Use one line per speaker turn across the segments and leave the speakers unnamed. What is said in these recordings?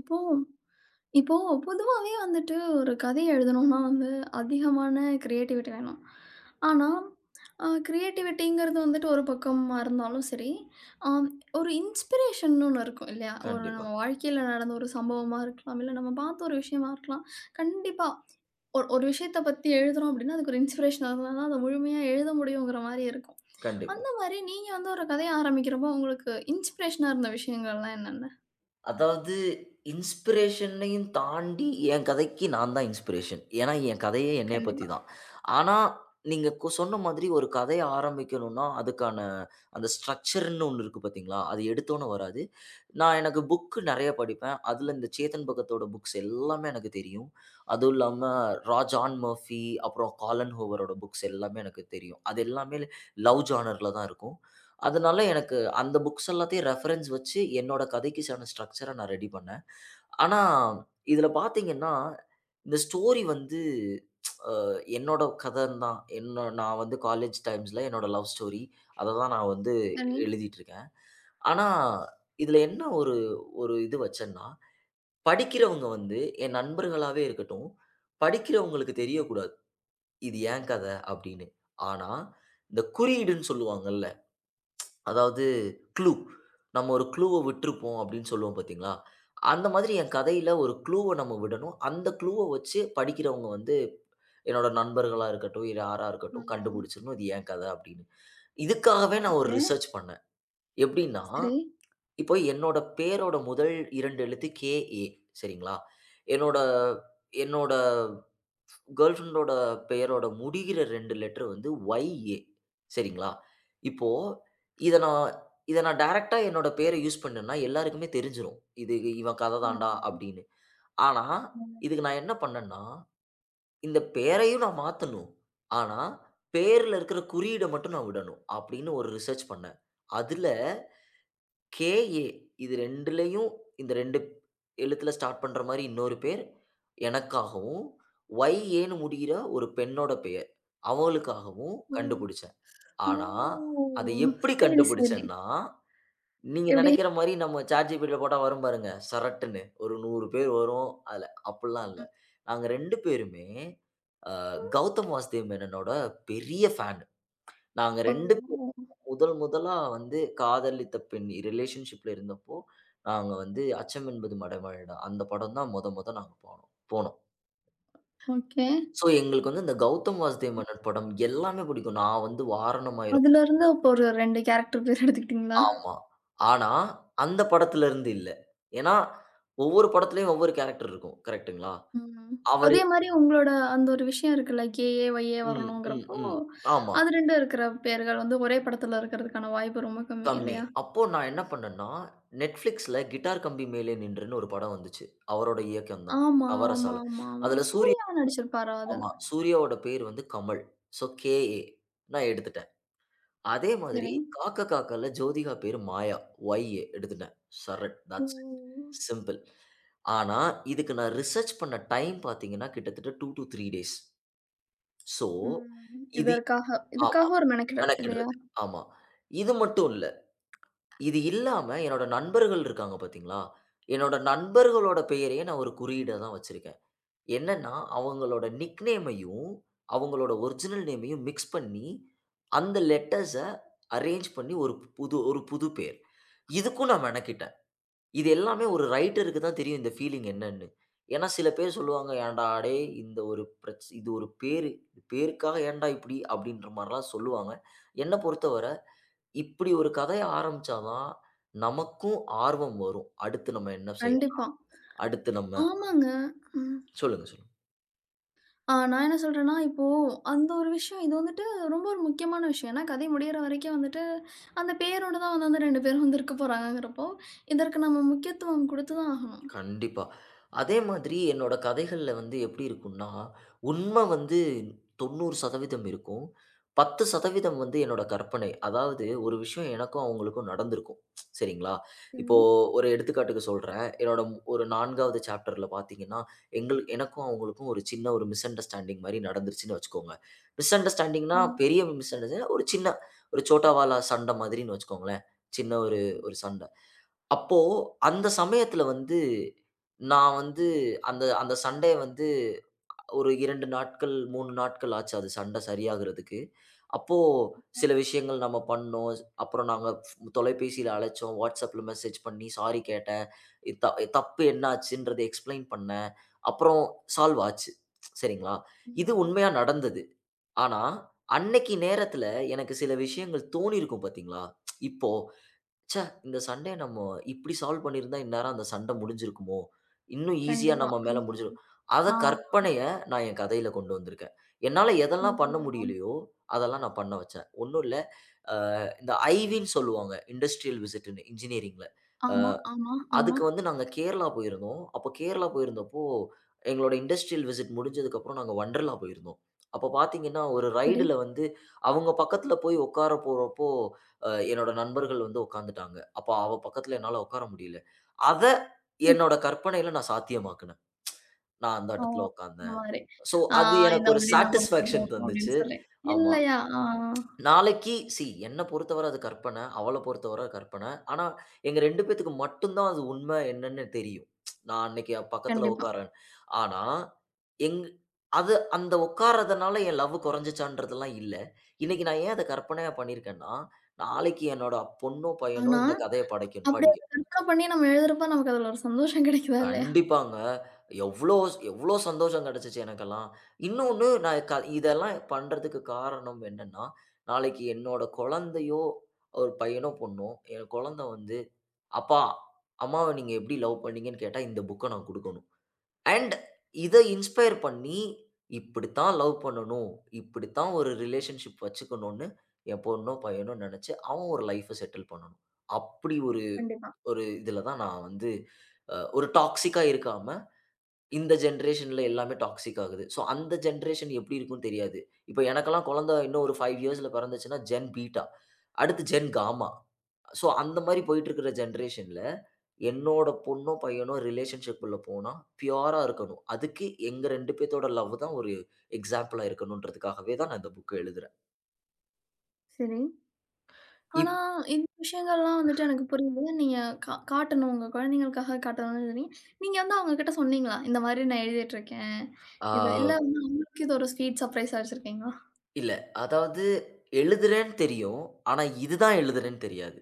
இப்போ இப்போ பொதுவாவே வந்துட்டு ஒரு கதை எழுதணும்னா வந்து அதிகமான கிரியேட்டிவிட்டி வேணும். ஆனா, கிரியேட்டிவிட்டிங்கிறது வந்துட்டு ஒரு பக்கமா இருந்தாலும் சரி, ஆம் ஒரு இன்ஸ்பிரேஷன்னு ஒண்ணு இருக்கும் இல்லையா? ஒரு
கண்டிப்பா,
நம்ம வாழ்க்கையில நடந்த ஒரு சம்பவமா இருக்கலாம், இல்ல நம்ம பார்த்த ஒரு விஷயமா இருக்கலாம். கண்டிப்பா. ஒரு ஒரு விஷயத்த பத்தி எழுதுறோம் அப்படின்னா, அதுக்கு ஒரு இன்ஸ்பிரேஷன் இருந்தா தான், அத முழுமையா எழுத முடியுங்கிற மாரி இருக்கும்.
கண்டிப்பா.
அந்த மாரி நீங்க வந்து ஒரு கதைய ஆரம்பிக்கிறப்போ உங்களுக்கு இன்ஸ்பிரேஷனா இருந்த விஷயங்கள்லாம் என்னென்ன?
அதாவது இன்ஸ்பிரேஷனையும் தாண்டி என் கதைக்கு நான் தான் இன்ஸ்பிரேஷன். ஏன்னா, என் கதையே என்னைய பத்தி
கண்டிப்பா.
தான். ஆனா, நீங்க சொன்ன மாதிரி ஒரு கதைய ஆரம்பிக்கணும்னா, அதுக்கான அந்த ஸ்ட்ரக்சர்ன்னு ஒண்ணு இருக்கு பார்த்தீங்களா? அது எடுத்தோனே வராது. நான் எனக்கு புக்கு நெறைய படிப்பேன். அதுல இந்த சேத்தன் பகத்தோட புக்ஸ் எல்லாமே எனக்கு தெரியும். அதுவும் இல்லாம ரா ஜான் மர்ஃபி, அப்புறம் காலன் ஹோவரோட புக்ஸ் எல்லாமே எனக்கு தெரியும். அது எல்லாமே லவ் ஜானர்ல தான் இருக்கும். அதனால எனக்கு அந்த புக்ஸ் எல்லாத்தையும் ரெஃபரன்ஸ் வச்சு என்னோட கதைக்கு செவன ஸ்ட்ரக்சர நான் ரெடி பண்ணேன். ஆனா, இதுல பார்த்தீங்கன்னா, இந்த ஸ்டோரி வந்து என்னோட கதன்னு தான். என்ன நான் வந்து காலேஜ் டைம்ஸ்ல என்னோட லவ் ஸ்டோரி. அத தான் நான் வந்து
சரி.
எழுதிட்டுருக்கேன். ஆனா, இதுல என்ன ஒரு ஒரு இது வச்சேன்னா, படிக்கிறவங்க வந்து என் நண்பர்களாவே இருக்கட்டும், படிக்கிறவங்களுக்கு தெரியக்கூடாது. இது என் கத அப்படின்னு. ஆனா, இந்த குறியீடுன்னு சொல்லுவாங்கல்ல, அதாவது க்ளூ. நம்ம ஒரு க்ளூவ விட்டுருப்போம் அப்படின்னு சொல்லுவோம் பார்த்தீங்களா? அந்த மாதிரி என் கதையில ஒரு க்ளூவ நம்ம விடணும். அந்த க்ளூவ வச்சு படிக்கிறவங்க வந்து என்னோட நண்பர்களா இருக்கட்டும், யாரா இருக்கட்டும் கண்டுபிடிச்சிடணும். இது என் கதை அப்படின்னு. இதுக்காகவே நான் ஒரு
ம்.
ரிசர்ச் பண்ணேன். எப்படின்னா,
சரி.
இப்போ என்னோட பேரோட முதல் 2 எழுத்து கே.ஏ. சரிங்களா? என்னோட என்னோட கேர்ல் ஃபிரெண்டோட பெயரோட முடிகிற 2 லெட்டர் வந்து ஒய்.ஏ. சரிங்களா? இப்போ இத நான் இத நான் டைரக்ட்டா என்னோட பேர யூஸ் பண்ணேன்னா, எல்லாருக்குமே தெரிஞ்சிரும். இது இவன் கதை
ஆ.
தான்டா அப்படின்னு. ஆனா,
ம்.
இதுக்கு நான் என்ன பண்ணேன்னா, இந்த பேரையும் நான் மாத்தணும். ஆனா, பேர்ல இருக்கிற குறியீட மட்டும் நான் விடணும். அப்படின்னு ஒரு ரிசர்ச் பண்ணேன். அதுல கே.ஏ. இது 2லயும், இந்த 2 எழுத்துல ஸ்டார்ட் பண்ற மாரி இன்னொரு பேர், எனக்காகவும், ஒய்.ஏன்னு முடியிற ஒரு பெண்ணோட பெயர், அவளுக்காகவும்
ஓ!
கண்டுபிடிச்சேன்.
ஓ!
ஆனா, அத எப்படி
சரி, சரி.
கண்டுபிடிச்சேன்னா, நீங்க
எப்படி?
நெனைக்கிற மாரி நம்ம ChatGPTல போட்டா வரும் பாருங்க. சரட்டுன்னு ஒரு 100 பேர் வரும். அதுல அப்டிலாம் இல்ல.
ம்.
நாங்க 2 பேருமே அ கௌதம் வாசுதேவ் மேனனோட பெரிய ஃபேன். நாங்க
ஓ!
2 பேரும் முதல் முதலா வந்து காதலித்த பெண் ரிலேஷன்ஷிப்ல இருந்தப்போ, நாங்க வந்து "அச்சம் என்பது மடமழைடா" அந்த படம் தான் மொத மொத நாங்க போனோம் போனோம்.
ஓகே.
ஸோ எங்களுக்கு வந்து இந்த கௌதம் வாசுதேவ் மேனன் படம் எல்லாமே பிடிக்கும். நான் வந்து "வாரணம் ஆயிரம்".
அதுலருந்து அப்போ ஒரு 2 கேரக்டர் பேர் எடுத்துக்கிட்டீங்களா?
ஆமா. ஆனா, அந்த படத்துல இருந்து இல்ல. ஏன்னா, ஒவ்வொரு படத்துலயும் ஒவ்வொரு கேரக்டர் இருக்கும். கரெக்ட்டுங்களா?
ம்.
அவரு.
அதே மாரி உங்களோட அந்த ஒரு விஷயம் இருக்குல்ல, கேஏ, ஒய்ஏ
ம், ம்,
வரணுங்கிறப்போ,
ம். ஆமா.
அது 2 இருக்கிற பேர்கள் வந்து ஒரே படத்துல இருக்கிறதுக்கான வாய்ப்பு ரொம்ப கம்மி
கம்மி.
இல்லையா?
அப்போ நான் என்ன பண்ணேன்னா, Netflixல கிட்டார் கம்பி மேலே நின்றுன்னு ஒரு படம் வந்துச்சு. அவரோட இயக்கம் தான்.
ஆமா, ஆமா,
நவரசால.
ஆமா, ஆமா.
அதுல சூர்யா,
சூர்யா நடிச்சிருப்பாரா அதுல?
ஆமா. சூர்யாவோட பேர் வந்து கமல். So, KA. நான் எடுத்துட்டேன். அதே மாதிரி
சரி.
காக்க காக்கல ஜோதிகா பேரு மாயா. ஒய் எடுத்துட்டேன். Charan, that's it.
Oh!
Simple. ஆனா, இதுக்கு நான் ரிசர்ச் பண்ண டைம் பார்த்தீங்கன்னா, கிட்டத்தட்ட 2 டூ 3 டேஸ். ஸோ,
ம்.
இது
இதற்காக
ஆமா,
இதுக்காக ஒரு மெனக்கெடல் இல்லையா?
மெனக்கெடுறது. ஆமா. இது மட்டும் இல்ல. இது இல்லாம என்னோட நண்பர்கள் இருக்காங்க பார்த்தீங்களா? என்னோட நண்பர்களோட பெயரையே நான் ஒரு குறியீடா தான் வச்சிருக்கேன். என்னன்னா, அவங்களோட நிக் நேமையும், அவங்களோட ஒரிஜினல் நேமையும் மிக்ஸ் பண்ணி, அந்த லெட்டர்ஸ அரேஞ்ச் பண்ணி ஒரு புது, ஒரு புது பேர். இதுக்கும் நான் மெனக்கிட்டேன். இது எல்லாமே ஒரு ரைட்டருக்கு தான் தெரியும், இந்த ஃபீலிங் என்னன்னு. ஏன்னா சில பேர் சொல்லுவாங்க, "ஏன்டா டேய்! இந்த ஒரு பிரச் இது ஒரு பேரு. பேருக்காக ஏன்டா இப்படி?" அப்படின்ற மாரிலாம் சொல்லுவாங்க. என்ன பொறுத்தவர, இப்படி ஒரு கதைய ஆரம்பிச்சா தான் நமக்கும் ஆர்வம் வரும். அடுத்து நம்ம என்ன செய்யலாம்?
கண்டிப்பா.
அடுத்து நம்ம,
ஆமாங்க. ம்.
சொல்லுங்க, சொல்லுங்க.
ஆ, நான் என்ன சொல்றேன்னா, இப்போ அந்த ஒரு விஷயம் இது வந்துட்டு ரொம்ப ஒரு முக்கியமான விஷயம். ஏன்னா கதை முடியிற வரைக்கும் வந்துட்டு, அந்த பேரோட தான் வந்து அந்த 2 பேரும் வந்து இருக்க போறாங்கங்கிறப்போ, இதற்கு நம்ம முக்கியத்துவம் குடுத்து தான் ஆகணும்.
கண்டிப்பா. அதே மாதிரி என்னோட கதைகள்ல வந்து எப்படி இருக்கும்னா, உண்ம வந்து 90% இருக்கும். 10% வந்து என்னோட கற்பனை. அதாவது ஒரு விஷயம் எனக்கும் அவங்களுக்கும் நடந்திருக்கும். சரிங்களா?
சரி.
இப்போ ஒரு எடுத்துக்காட்டுக்கு சொல்றேன். என்னோட ஒரு 4வது சாப்டர்ல பார்த்தீங்கன்னா, எனக்கும் அவங்களுக்கும் ஒரு சின்ன, ஒரு மிஸ் அண்டர்ஸ்டாண்டிங் மாரி நடந்துருச்சுன்னு வச்சுக்கோங்க. மிஸ் அண்டர்ஸ்டாண்டிங்னா,
ஆமா.
பெரிய மிஸ் அண்டர்ஸ்டாண்டிங் ஒரு சின்ன, ஒரு சோட்டா வாலா சண்ட மாதிரின்னு வச்சுக்கோங்களேன். சின்ன ஒரு, ஒரு சண்ட. அப்போ அந்த சமயத்துல வந்து, நான் வந்து அந்த அந்த சண்டைய வந்து ஒரு 2 நாட்கள், 3 நாட்கள் ஆச்சு அது சண்டை சரியாகுறதுக்கு. அப்போ சில விஷயங்கள் நம்ம பண்ணோம். அப்புறம் நாங்க தொலைபேசியில அழைச்சோம். WhatsAppல மெசேஜ் பண்ணி சாரி கேட்டேன். த தப்பு என்னாச்சுன்றத எக்ஸ்ப்ளைன் பண்ணேன். அப்புறம் சால்வ் ஆச்சு. சரிங்களா? இது
ம்.
உண்மையா நடந்தது. ஆனா, அன்னைக்கு நேரத்துல எனக்கு சில விஷயங்கள் தோணியிருக்கும் பாத்தீங்களா? இப்போ ச்சே! இந்த சண்டைய நம்ம இப்டி சால்வ் பண்ணியிருந்தா இந்நேரம் அந்த சண்ட முடிஞ்சிருக்குமோ! இன்னும் ஈஸியா
கண்டிப்பா.
நம்ம மேல
ம்.
முடிஞ்சிரும். அத
ஆ.
கற்பனைய நான் என் கதையில கொண்டு வந்திருக்கேன். என்னால எதெல்லாம் பண்ண
ஓ!
முடியலையோ, அதெல்லாம் நான் பண்ண வச்சேன். ஒண்ணும் இல்ல. அ இந்த ஐவின்னு சொல்லுவாங்க. இண்டஸ்ட்ரியல் விசிட்ன்னு இன்ஜினியரிங்ல.
ஆமா, ஆமா, ஆமா.
அதுக்கு வந்து நாங்க கேரளா போயிருந்தோம். அப்போ கேரளா போயிருந்தப்போ, எங்களோட இண்டஸ்ட்ரியல் விசிட் முடிஞ்சதுக்கப்புறம் நாங்க வொண்டர்லா போயிருந்தோம். அப்போ பார்த்தீங்கன்னா, ஒரு
சரி.
ரைடுல வந்து அவங்க பக்கத்துல போய் உட்கார போறப்போ, என்னோட நண்பர்கள் வந்து உட்காந்துட்டாங்க. அப்போ அவ பக்கத்துல என்னால உட்கார முடியல. அத
சரி.
என்னோட கற்பனையில நான் சாத்தியமாக்குனேன். நான் அந்த
ஓ!
இடத்துல
இந்த
உட்கார்ந்தேன்.
மாரி.
ஸோ
ஆ,
அது எனக்கு
இந்த
ஒரு
மாரி நம்ம விட்டு
சாட்டிஸ்ஃபாக்ஷன்
போணும் அப்படின்னு
தந்துச்சு.
சொல்லி.
ஆமா.
இல்லையா? ஆ.
நாளைக்கு, என்ன பொறுத்தவர அது கற்பனை. அவள பொறுத்தவர கற்பனை. ஆனா, எங்க 2 பேத்துக்கு மட்டும் தான் அது உண்மை என்னன்னு தெரியும். நான் அன்னைக்கு அவ பக்கத்துல
கண்டிப்பா.
உட்காரேன். ஆனா, எங் அது அந்த உட்கார்றதுனால என் லவ் குறைஞ்சுச்சான்றதெல்லாம் இல்ல. இன்னைக்கு நான் ஏன் அத கற்பனையா பண்ணியிருக்கேன்னா, நாளைக்கு என்னோட பொண்ணோ, பையனோ
ஆனா,
இந்த கதைய படைக்கும்
அப்படி
படி.
அத கற்பனை பண்ணி நம்ம எழுதுறப்ப நமக்கு அதுல ஒரு சந்தோஷம் கிடைக்குதா இல்லையா?
கண்டிப்பாங்க. எவ்ளோ எவ்ளோ சந்தோஷம் கிடைச்சுச்சு எனக்கெல்லாம். இன்னொன்னு நான் இதெல்லாம் பண்றதுக்கு காரணம் என்னன்னா, நாளைக்கு என்னோட குழந்தையோ, ஒரு பையனோ, பொண்ணோ, என் குழந்தை வந்து, "அப்பா, அம்மாவ நீங்க எப்படி லவ் பண்ணீங்கன்னு கேட்டா இந்த புக்க நான் குடுக்கணும்." அண்ட் இத இன்ஸ்பயர் பண்ணி, இப்படித்தான் லவ் பண்ணணும். இப்படித்தான் ஒரு ரிலேஷன்ஷிப் வச்சுக்கணும்னு என் பொண்ணோ, பையனோ நெனச்சு, அவன் ஒரு லைஃப்ப செட்டில் பண்ணணும். அப்படி ஒரு,
கண்டிப்பா.
ஒரு இதுல தான் நான் வந்து ஒரு டாக்ஸிக்கா இருக்காம, இந்த ஜென்ரேஷன்ல எல்லாமே டாக்ஸிக் ஆகுது. ஸோ அந்த ஜென்ரேஷன் எப்படி இருக்கும்னு தெரியாது. இப்ப எனக்கெல்லாம் குழந்தை இன்னும் ஒரு 5 இயர்ஸ்ல பிறந்துச்சுன்னா ஜென் பீட்டா. அடுத்து ஜென் காமா. ஸோ அந்த மாரி போயிட்டு இருக்கிற ஜென்ரேஷன்ல என்னோட பொண்ணோ, பையனோ ரிலேஷன்ஷிப்குள்ள போனா பியூரா இருக்கணும். அதுக்கு எங்க 2 பேத்தோட லவ் தான் ஒரு எக்ஸாம்பிளா இருக்கணும்ன்றதுக்காகவே தான் நான் இந்த புக்க எழுதுறேன்.
சரி.
இப்
ஆனா, இந்த விஷயங்கள்லாம் வந்துட்டு எனக்கு புரியுது. நீங்க காட்டணும். உங்க குழந்தைங்களுக்காக காட்டணும்னு சொன்னீங்க. நீங்க வந்து அவங்ககிட்ட சொன்னீங்களா? இந்த மாதிரி நான் எழுதிட்டுருக்கேன்.
ஆ
இது இல்ல வந்து அவங்களுக்கு இது ஒரு ஸ்வீட் சர்ப்ரைஸா வச்சிருக்கீங்களா?
இல்ல. அதாவது எழுதுறேன்னு தெரியும். ஆனா இதுதான் எழுதுறேன்னு தெரியாது.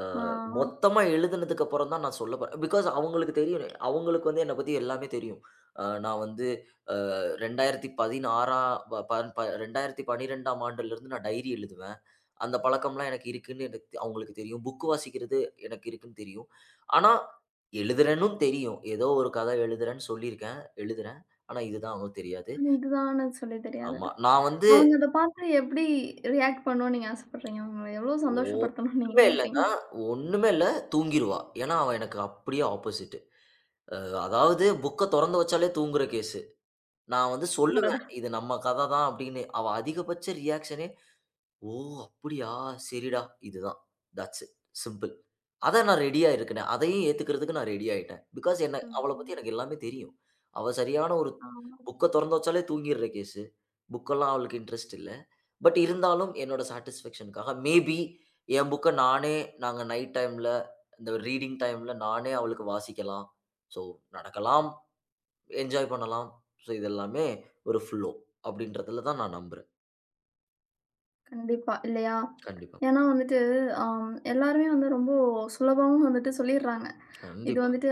அ
ஆ,
மொத்தமா எழுதுனதுக்கு அப்புறம் தான் நான் சொல்ல போறேன். பிகாஸ் அவங்களுக்கு தெரியும். அவங்களுக்கு வந்து என்ன பத்தி எல்லாமே தெரியும். நான் வந்து அ 2016ஆம் ப ப ப 2012ஆம் ஆண்டுலருந்து நான் டைரி எழுதுவேன். அந்த பழக்கம்லாம் எனக்கு இருக்குன்னு எனக்கு அவங்களுக்கு தெரியும். புக் வாசிக்கிறது எனக்கு இருக்குன்னு தெரியும். ஆனா எழுதுறேன்னும் தெரியும். ஏதோ ஒரு கதை எழுதுறேன்னு சொல்லியிருக்கேன். எழுதுறேன். ஆனா இதுதான் அவங்களுக்கு தெரியாது.
இதுதான்னு சொல்லி தெரியாது.
ஆமா. நான் வந்து
அவங்க அத பார்த்து எப்படி ரியாக்ட் பண்ணணும்னு நீங்க ஆசைப்படுறீங்க? அவங்கள எவ்ளோ சந்தோஷப்படுத்தணும்னு நீங்க
ஒண்ணுமே இல்லங்க.
நினைக்கிறீங்க?
ஒண்ணுமே இல்ல. தூங்கிருவா. ஏன்னா, அவ எனக்கு அப்படியே ஆப்போசிட். அ அதாவது புக்க தொறந்து வச்சாலே தூங்குற கேஸ். நான் வந்து
அடடா!
சொல்லுவேன். இது நம்ம கத தான் அப்படின்னு. அவ அதிகபட்ச ரியாக்ஷனே, "ஓ! அப்படியா? சரிடா, இதுதான்." That's it. சிம்பிள். அதான் நான் ரெடியா இருக்கனே. அதையும் ஏத்துக்கிறதுக்கு நான் ரெடி ஆயிட்டேன். பிகாஸ் என்ன,
ம்.
அவள பத்தி எனக்கு
ம்.
எல்லாமே தெரியும். அவ சரியான ஒரு
ஆமா.
புக்க தொறந்து வச்சாலே தூங்கிர்ற கேசு. புக்கெல்லாம் அவளுக்கு இன்ட்ரெஸ்ட் இல்ல. பட் இருந்தாலும் என்னோட சாட்டிஸ்ஃபேக்ஷனுக்காக மேபி என் புக்க நானே, நாங்க நைட் டைம்ல, இந்த ரீடிங் டைம்ல நானே அவளுக்கு வாசிக்கலாம். ஸோ நடக்கலாம், என்ஜாய் பண்ணலாம். ஸோ இது எல்லாமே ஒரு ஃப்ளோ அப்படின்றதுல தான் நான் நம்புறேன்.
கண்டிப்பா. இல்லையா?
கண்டிப்பா,
ஏன்னா வந்துட்டு, ஆ, எல்லாருமே வந்து ரொம்ப சுலபமா வந்துட்டு சொல்லிடுறாங்க. இது
கண்டிப்பா.
வந்துட்டு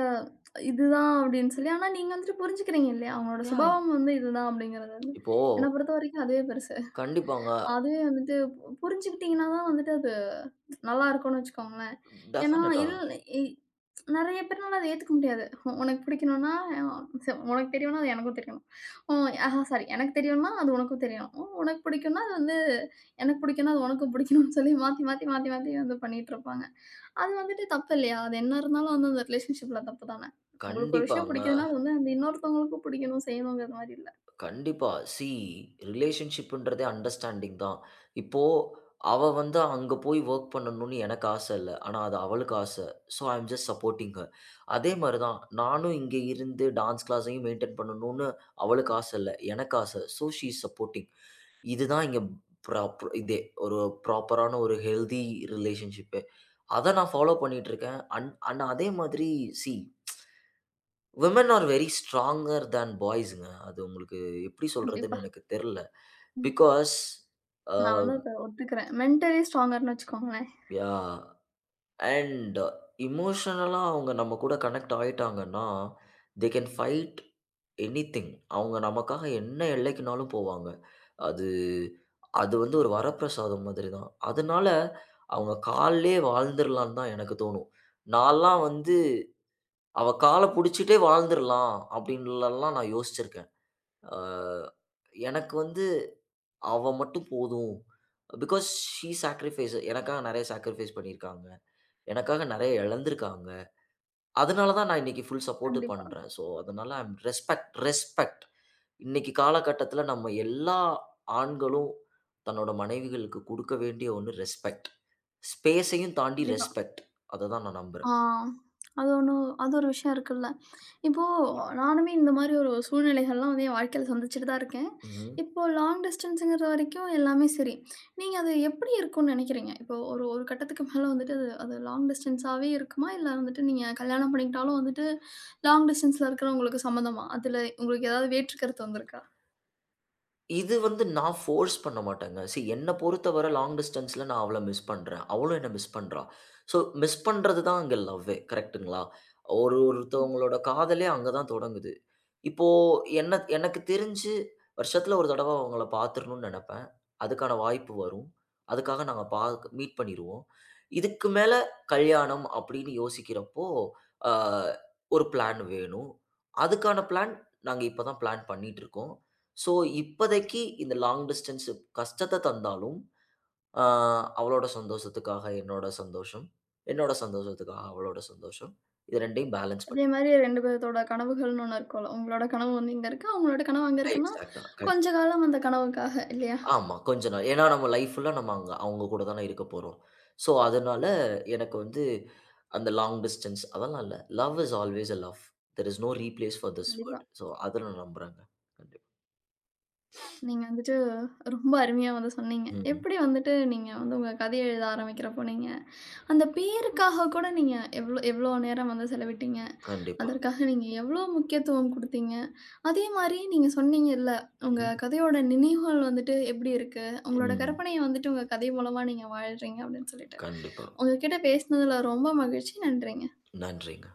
இதுதான் அப்படின்னு சொல்லி. ஆனா நீங்க வந்துட்டு புரிஞ்சுக்கிறீங்க இல்லையா? அவங்களோட
யா.
சுபாவம் வந்து இதுதான் அப்படிங்கிறது வந்து.
இப்போ
என்ன பொறுத்தவரைக்கும் அதுவே பெருசு.
கண்டிப்பாங்க.
அதுவே வந்துட்டு புரிஞ்சுக்கிட்டீங்கன்னா தான் வந்துட்டு அது நல்லா இருக்கும்னு வச்சுக்கோங்களேன். ஏன்னா
டெஃபினட்டா.
இல் இ நெறைய பேர்னால அத ஏத்துக்க முடியாது. உனக்கு பிடிக்கணும்னா உனக்கு தெரியும்னா அது எனக்கும் தெரியணும். ஓ, ஆஹா, சாரி, எனக்கு தெரியும்னா அது உனக்கும் தெரியணும். உனக்கு பிடிக்கும்னா அது வந்து எனக்கு பிடிக்கும்னா அது உனக்கும் பிடிக்கணும்னு சொல்லி மாத்தி, மாத்தி, மாத்தி, மாத்தி வந்து பண்ணிட்டு இருப்பாங்க. அது வந்துட்டு தப்பு இல்லையா? அது என்ன இருந்தாலும் வந்து அந்த ரிலேஷன்ஷிப்ல தப்பு தானே. உங்களுக்கு ஒரு விஷயம்
கண்டிப்பாங்க.
பிடிக்குதுன்னா, அது வந்து அந்த இன்னொருத்தவங்களுக்கும் பிடிக்கணும், செய்யணுங்கிற மாரி இல்ல.
கண்டிப்பா. சி ரிலேஷன்ஷிப்ன்றதே அண்டர்ஸ்டாண்டிங் தான். இப்போ அவ வந்து அங்க போய் வொர்க் பண்ணணும்னு எனக்கு ஆச இல்ல. ஆனா அது அவளுக்கு ஆச. So I am just supporting her. அதே மாரி தான் நானும் இங்க இருந்து டான்ஸ் கிளாஸையும் மெயின்டெயின் பண்ணணும்னு அவளுக்கு ஆச இல்ல. எனக்கு ஆச. So she is supporting. இதுதான் இங்க ப்ராப்பர், இதே ஒரு ப்ராப்பரான ஒரு ஹெல்தி ரிலேஷன்ஷிப்பே. அத நான் ஃபாலோ பண்ணிட்டு இருக்கேன். அண்ட் அண்ட் அதே மாதிரி see women are very stronger than பாய்ஸ்ங்க. அது உங்களுக்கு எப்படி
கண்டிப்பா.
சொல்றதுன்னு எனக்கு தெர்ல.
ம்.
பிகாஸ் அ
நான் வந்து அத ஒத்துக்கிறேன். மென்டலி ஸ்ட்ராங்கர்ன்னு வச்சுக்கோங்களேன்.
யாஹ்! அண்ட் எமோஷனலா அவங்க நம்ம கூட கனெக்ட் ஆயிட்டாங்கன்னா, தே கேன் ஃபைட் எனிதிங். அவங்க நமக்காக என்ன எல்லைக்குனாலும் போவாங்க. அது, அது வந்து ஒரு வரப்பிரசாதம் மாதிரி தான். அதனால அவங்க கால்லயே வாழ்ந்துரலான்னு தான் எனக்கு தோணும். நான்லாம் வந்து, "அவ கால புடிச்சுட்டே வாழ்ந்துரலாம்" அப்படின்லலாம் நான் யோசிச்சிருக்கேன். அ எனக்கு வந்து அவ மட்டும் போதும். பிகாஸ் ஷி சாக்ரிஃபைஸ், எனக்காக நெறைய சாக்ரிஃபைஸ் பண்ணியிருக்காங்க. எனக்காக நெறைய இழந்திருக்காங்க. அதனால தான் நான் இன்னைக்கு ஃபுல் சப்போர்ட்
கண்டிப்பா,
பண்றேன். ஸோ அதனால ஐ அம் ரெஸ்பெக்ட், ரெஸ்பெக்ட். இன்னைக்கு காலகட்டத்தில நம்ம எல்லா ஆண்களும் தன்னோட மனைவிகளுக்கு குடுக்க வேண்டிய ஒண்ணு ரெஸ்பெக்ட். ஸ்பேஸையும் தாண்டி
கண்டிப்பா.
ரெஸ்பெக்ட். அத தான் நான் நம்புறேன்.
ஆ, அது ஒண்ணும் அது ஒரு விஷயம் இருக்குல்ல. இப்போ நானுமே இந்த மாதிரி ஒரு சூழ்நிலைகள்லாம் வந்து என் வாழ்க்கையில சந்திச்சுட்டு தான் இருக்கேன்.
ம்ஹ்ம்.
இப்போ லாங் டிஸ்டன்ஸ்ங்கிற வரைக்கும் எல்லாமே சரி. நீங்க அது எப்படி இருக்கும்னு நினைக்கிறீங்க? இப்போ ஒரு ஒரு கட்டத்துக்கு மேல வந்துட்டு அது அது லாங் டிஸ்டன்ஸாவே இருக்குமா? இல்ல வந்துட்டு நீங்க கல்யாணம் பண்ணிக்கிட்டாலும் வந்துட்டு லாங் டிஸ்டன்ஸ்ல இருக்கிறவங்களுக்கு சம்மதமா? அதுல உங்களுக்கு ஏதாவது வேற்று கருத்து வந்திருக்கா?
இது வந்து நான் ஃபோர்ஸ் பண்ண மாட்டேங்க. சீ என்ன பொறுத்தவர லாங் டிஸ்டன்ஸ்ல நான் அவள மிஸ் பண்றேன். அவளும் என்ன மிஸ் பண்றா. ஸோ மிஸ் பண்றது தான் அங்க லவ்வே. கரெக்ட்டுங்களா? ஒரு ஒருத்தவங்களோட காதலே அங்க தான் தொடங்குது. இப்போ என்ன எனக்கு தெரிஞ்சு வருஷத்துல ஒரு தடவ அவங்கள பார்த்துரணும்னு நெனப்பேன். அதுக்கான வாய்ப்பு வரும். அதுக்காக நாங்க பாக் மீட் பண்ணிருவோம். இதுக்கு மேல கல்யாணம் அப்படின்னு யோசிக்கிறப்போ, அ ஒரு பிளான் வேணும். அதுக்கான பிளான் நாங்க இப்ப தான் பிளான் பண்ணிட்டு இருக்கோம். ஸோ, இப்போதைக்கு இந்த லாங் டிஸ்டன்ஸ் கஷ்டத்த தந்தாலும், அ அவளோட சந்தோஷத்துக்காக என்னோட சந்தோஷம், என்னோட சந்தோஷத்துக்காக அவளோட சந்தோஷம். இது 2யும் பேலன்ஸ்
அதே
பண்ணிட்டு,
மாதிரி 2 பேத்தோட கனவுகள்னு ஒண்ணு இருக்கும்ல. உங்களோட கனவு வந்து இங்க இருக்கு. அவங்களோட கனவு அங்க இருக்குன்னா,
எக்ஸாக்ட்டா. கண்டிப்பா.
கொஞ்ச காலம் அந்த கனவுக்காக இல்லையா?
ஆமா. கொஞ்ச நாள். ஏன்னா நம்ம லைஃப் ஃபுல்லா நம்ம அங்க அவங்க கூட தானே இருக்க போறோம். ஸோ அதனால எனக்கு வந்து அந்த லாங் டிஸ்டன்ஸ் அதெல்லாம் இல்ல. Love is always a love. There is no replace for this
கண்டிப்பா.
வேர்ல்ட். ஸோ அத நான் நம்புறேங்க. கண்டிப்பா.
நீங்க வந்துட்டு ரொம்ப அருமையா வந்து சொன்னீங்க.
ம்.
எப்படி வந்துட்டு நீங்க வந்து உங்க கதை எழுத ஆரம்பிக்கிறப்போ நீங்க அந்த பேருக்காக கூட நீங்க எவ்ளோ எவ்ளோ நேரம் வந்து செலவிட்டீங்க?
கண்டிப்பா.
அதற்காக நீங்க எவ்ளோ முக்கியத்துவம் குடுத்தீங்க? அதே மாரி நீங்க சொன்னீங்கல்ல, உங்க
ம்.
கதையோட நினைவுகள் வந்துட்டு எப்படி இருக்கு? உங்களோட
ம்.
கற்பனைய வந்துட்டு உங்க கதை மூலமா நீங்க வாழ்றீங்க அப்படின்னு சொல்லிட்டு.
கண்டிப்பா.
உங்க கிட்ட பேசினதுல ரொம்ப மகிழ்ச்சி. நன்றிங்க.
நன்றிங்க.